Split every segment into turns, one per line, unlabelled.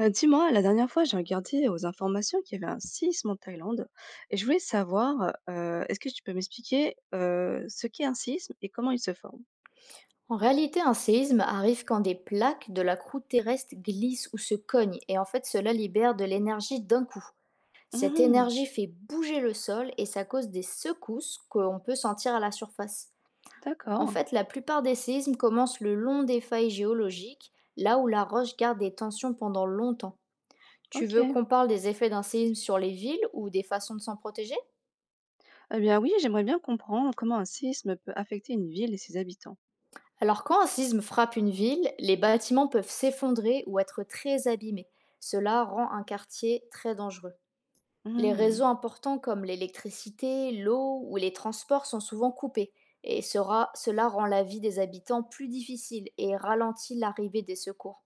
Dis-moi, la dernière fois, j'ai regardé aux informations qu'il y avait un séisme en Thaïlande et je voulais savoir, est-ce que tu peux m'expliquer, ce qu'est un séisme et comment il se forme?
En réalité, un séisme arrive quand des plaques de la croûte terrestre glissent ou se cognent, et en fait cela libère de l'énergie d'un coup. Cette
Mmh.
énergie fait bouger le sol et ça cause des secousses qu'on peut sentir à la surface. En
D'accord.
fait, la plupart des séismes commencent le long des failles géologiques, là où la roche garde des tensions pendant longtemps. Tu veux
OK.
qu'on parle des effets d'un séisme sur les villes ou des façons de s'en protéger?
Eh bien oui, j'aimerais bien comprendre comment un séisme peut affecter une ville et ses habitants.
Alors quand un sisme frappe une ville, les bâtiments peuvent s'effondrer ou être très abîmés. Cela rend un quartier très dangereux. Les
Mmh.
réseaux importants comme l'électricité, l'eau ou les transports sont souvent coupés et cela rend la vie des habitants plus difficile et ralentit l'arrivée des secours.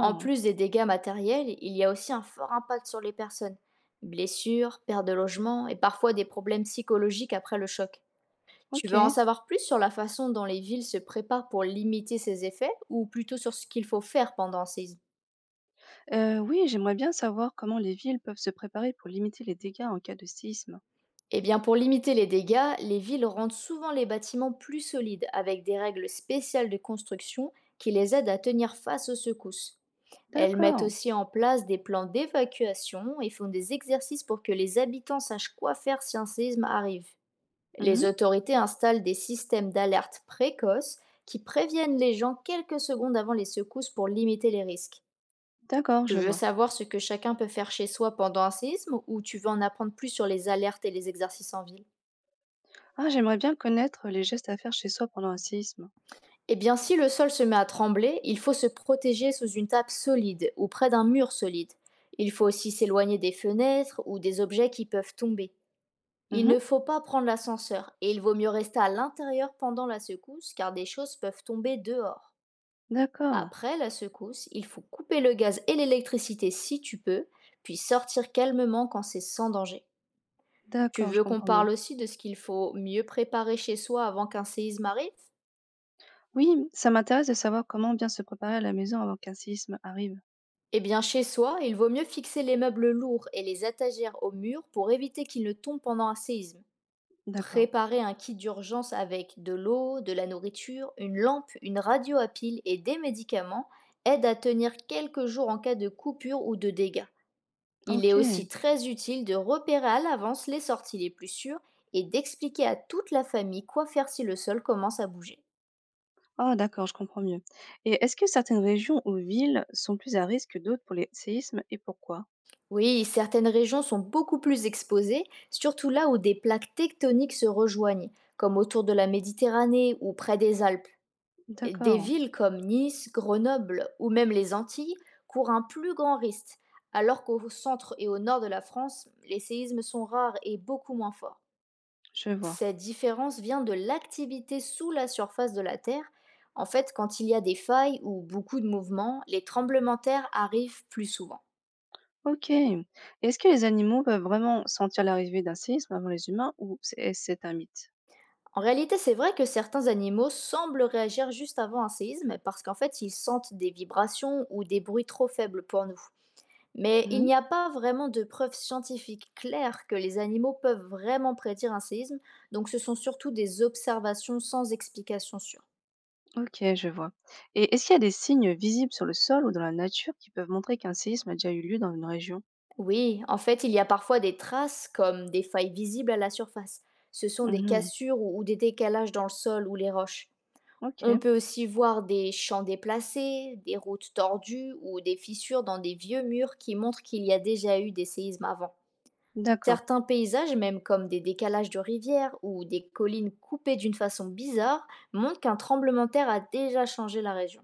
En plus des dégâts matériels, il y a aussi un fort impact sur les personnes. Blessures, perte de logement et parfois des problèmes psychologiques après le choc. Tu veux en
OK.
savoir plus sur la façon dont les villes se préparent pour limiter ces effets ou plutôt sur ce qu'il faut faire pendant un séisme?
Oui, j'aimerais bien savoir comment les villes peuvent se préparer pour limiter les dégâts en cas de séisme.
Eh bien, pour limiter les dégâts, les villes rendent souvent les bâtiments plus solides avec des règles spéciales de construction qui les aident à tenir face aux secousses. Elles mettent
D'accord.
aussi en place des plans d'évacuation et font des exercices pour que les habitants sachent quoi faire si un séisme arrive. Les
Mmh.
autorités installent des systèmes d'alerte précoce qui préviennent les gens quelques secondes avant les secousses pour limiter les risques.
D'accord,
Tu
je
veux
vois.
savoir ce que chacun peut faire chez soi pendant un séisme ou tu veux en apprendre plus sur les alertes et les exercices en ville?
Ah, j'aimerais bien connaître les gestes à faire chez soi pendant un séisme.
Eh bien, si le sol se met à trembler, il faut se protéger sous une table solide ou près d'un mur solide. Il faut aussi s'éloigner des fenêtres ou des objets qui peuvent tomber. Il
Mmh.
ne faut pas prendre l'ascenseur et il vaut mieux rester à l'intérieur pendant la secousse car des choses peuvent tomber dehors.
D'accord,
Après la secousse, il faut couper le gaz et l'électricité si tu peux, puis sortir calmement quand c'est sans danger. Tu
d'accord, je
veux qu'on
comprends mieux.
parle aussi de ce qu'il faut mieux préparer chez soi avant qu'un séisme arrive?
Oui, ça m'intéresse de savoir comment bien se préparer à la maison avant qu'un séisme arrive.
Eh bien, chez soi, il vaut mieux fixer les meubles lourds et les étagères au mur pour éviter qu'ils ne tombent pendant un séisme.
D'accord.
Préparer un kit d'urgence avec de l'eau, de la nourriture, une lampe, une radio à pile et des médicaments aide à tenir quelques jours en cas de coupure ou de dégâts. Il est
OK.
aussi très utile de repérer à l'avance les sorties les plus sûres et d'expliquer à toute la famille quoi faire si le sol commence à bouger.
Ah d'accord, je comprends mieux, et est-ce que certaines régions ou villes sont plus à risque que d'autres pour les séismes et pourquoi?
Oui, certaines régions sont beaucoup plus exposées, surtout là où des plaques tectoniques se rejoignent, comme autour de la Méditerranée ou près des Alpes. Et des
D'accord,
villes comme Nice, Grenoble ou même les Antilles courent un plus grand risque, alors qu'au centre et au nord de la France, les séismes sont rares et beaucoup moins forts.
je vois.
Cette différence vient de l'activité sous la surface de la Terre. En fait, quand il y a des failles ou beaucoup de mouvements, les tremblements de terre arrivent plus souvent.
OK, et est-ce que les animaux peuvent vraiment sentir l'arrivée d'un séisme avant les humains ou c'est est-ce c'est un mythe?
En réalité, c'est vrai que certains animaux semblent réagir juste avant un séisme parce qu'en fait, ils sentent des vibrations ou des bruits trop faibles pour nous. Mais il
Mmh.
n'y a pas vraiment de preuves scientifiques claires que les animaux peuvent vraiment prédire un séisme, donc ce sont surtout des observations sans explication sûre.
OK, je vois, et est-ce qu'il y a des signes visibles sur le sol ou dans la nature qui peuvent montrer qu'un séisme a déjà eu lieu dans une région?
Oui, en fait, il y a parfois des traces comme des failles visibles à la surface. Ce sont des
Mmh.
cassures ou des décalages dans le sol ou les roches. On
OK,
peut aussi voir des champs déplacés, des routes tordues ou des fissures dans des vieux murs qui montrent qu'il y a déjà eu des séismes avant.
d'accord.
Certains paysages, même comme des décalages de rivières ou des collines coupées d'une façon bizarre, montrent qu'un tremblement de terre a déjà changé la région.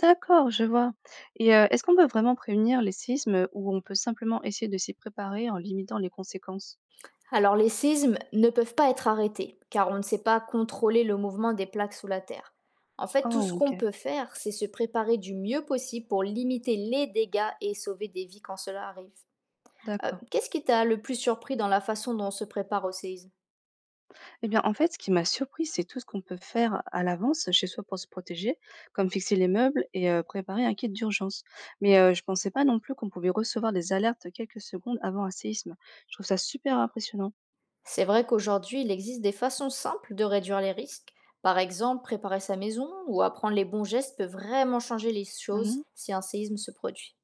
D'accord, je vois. Et est-ce qu'on peut vraiment prévenir les séismes, ou on peut simplement essayer de s'y préparer en limitant les conséquences?
Alors les séismes ne peuvent pas être arrêtés, car on ne sait pas contrôler le mouvement des plaques sous la Terre. En fait, tout
Oh
ce qu'on
OK,
peut faire, c'est se préparer du mieux possible pour limiter les dégâts et sauver des vies quand cela arrive.
d'accord.
Qu'est-ce qui t'a le plus surpris dans la façon dont on se prépare au séisme?
Eh bien, en fait, ce qui m'a surpris, c'est tout ce qu'on peut faire à l'avance chez soi pour se protéger, comme fixer les meubles et préparer un kit d'urgence. Mais je pensais pas non plus qu'on pouvait recevoir des alertes quelques secondes avant un séisme. Je trouve ça super impressionnant.
C'est vrai qu'aujourd'hui, il existe des façons simples de réduire les risques. Par exemple, préparer sa maison ou apprendre les bons gestes peut vraiment changer les choses
Mmh.
si un séisme se produit.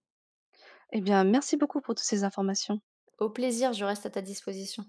Eh bien, merci beaucoup pour toutes ces informations.
Au plaisir, je reste à ta disposition.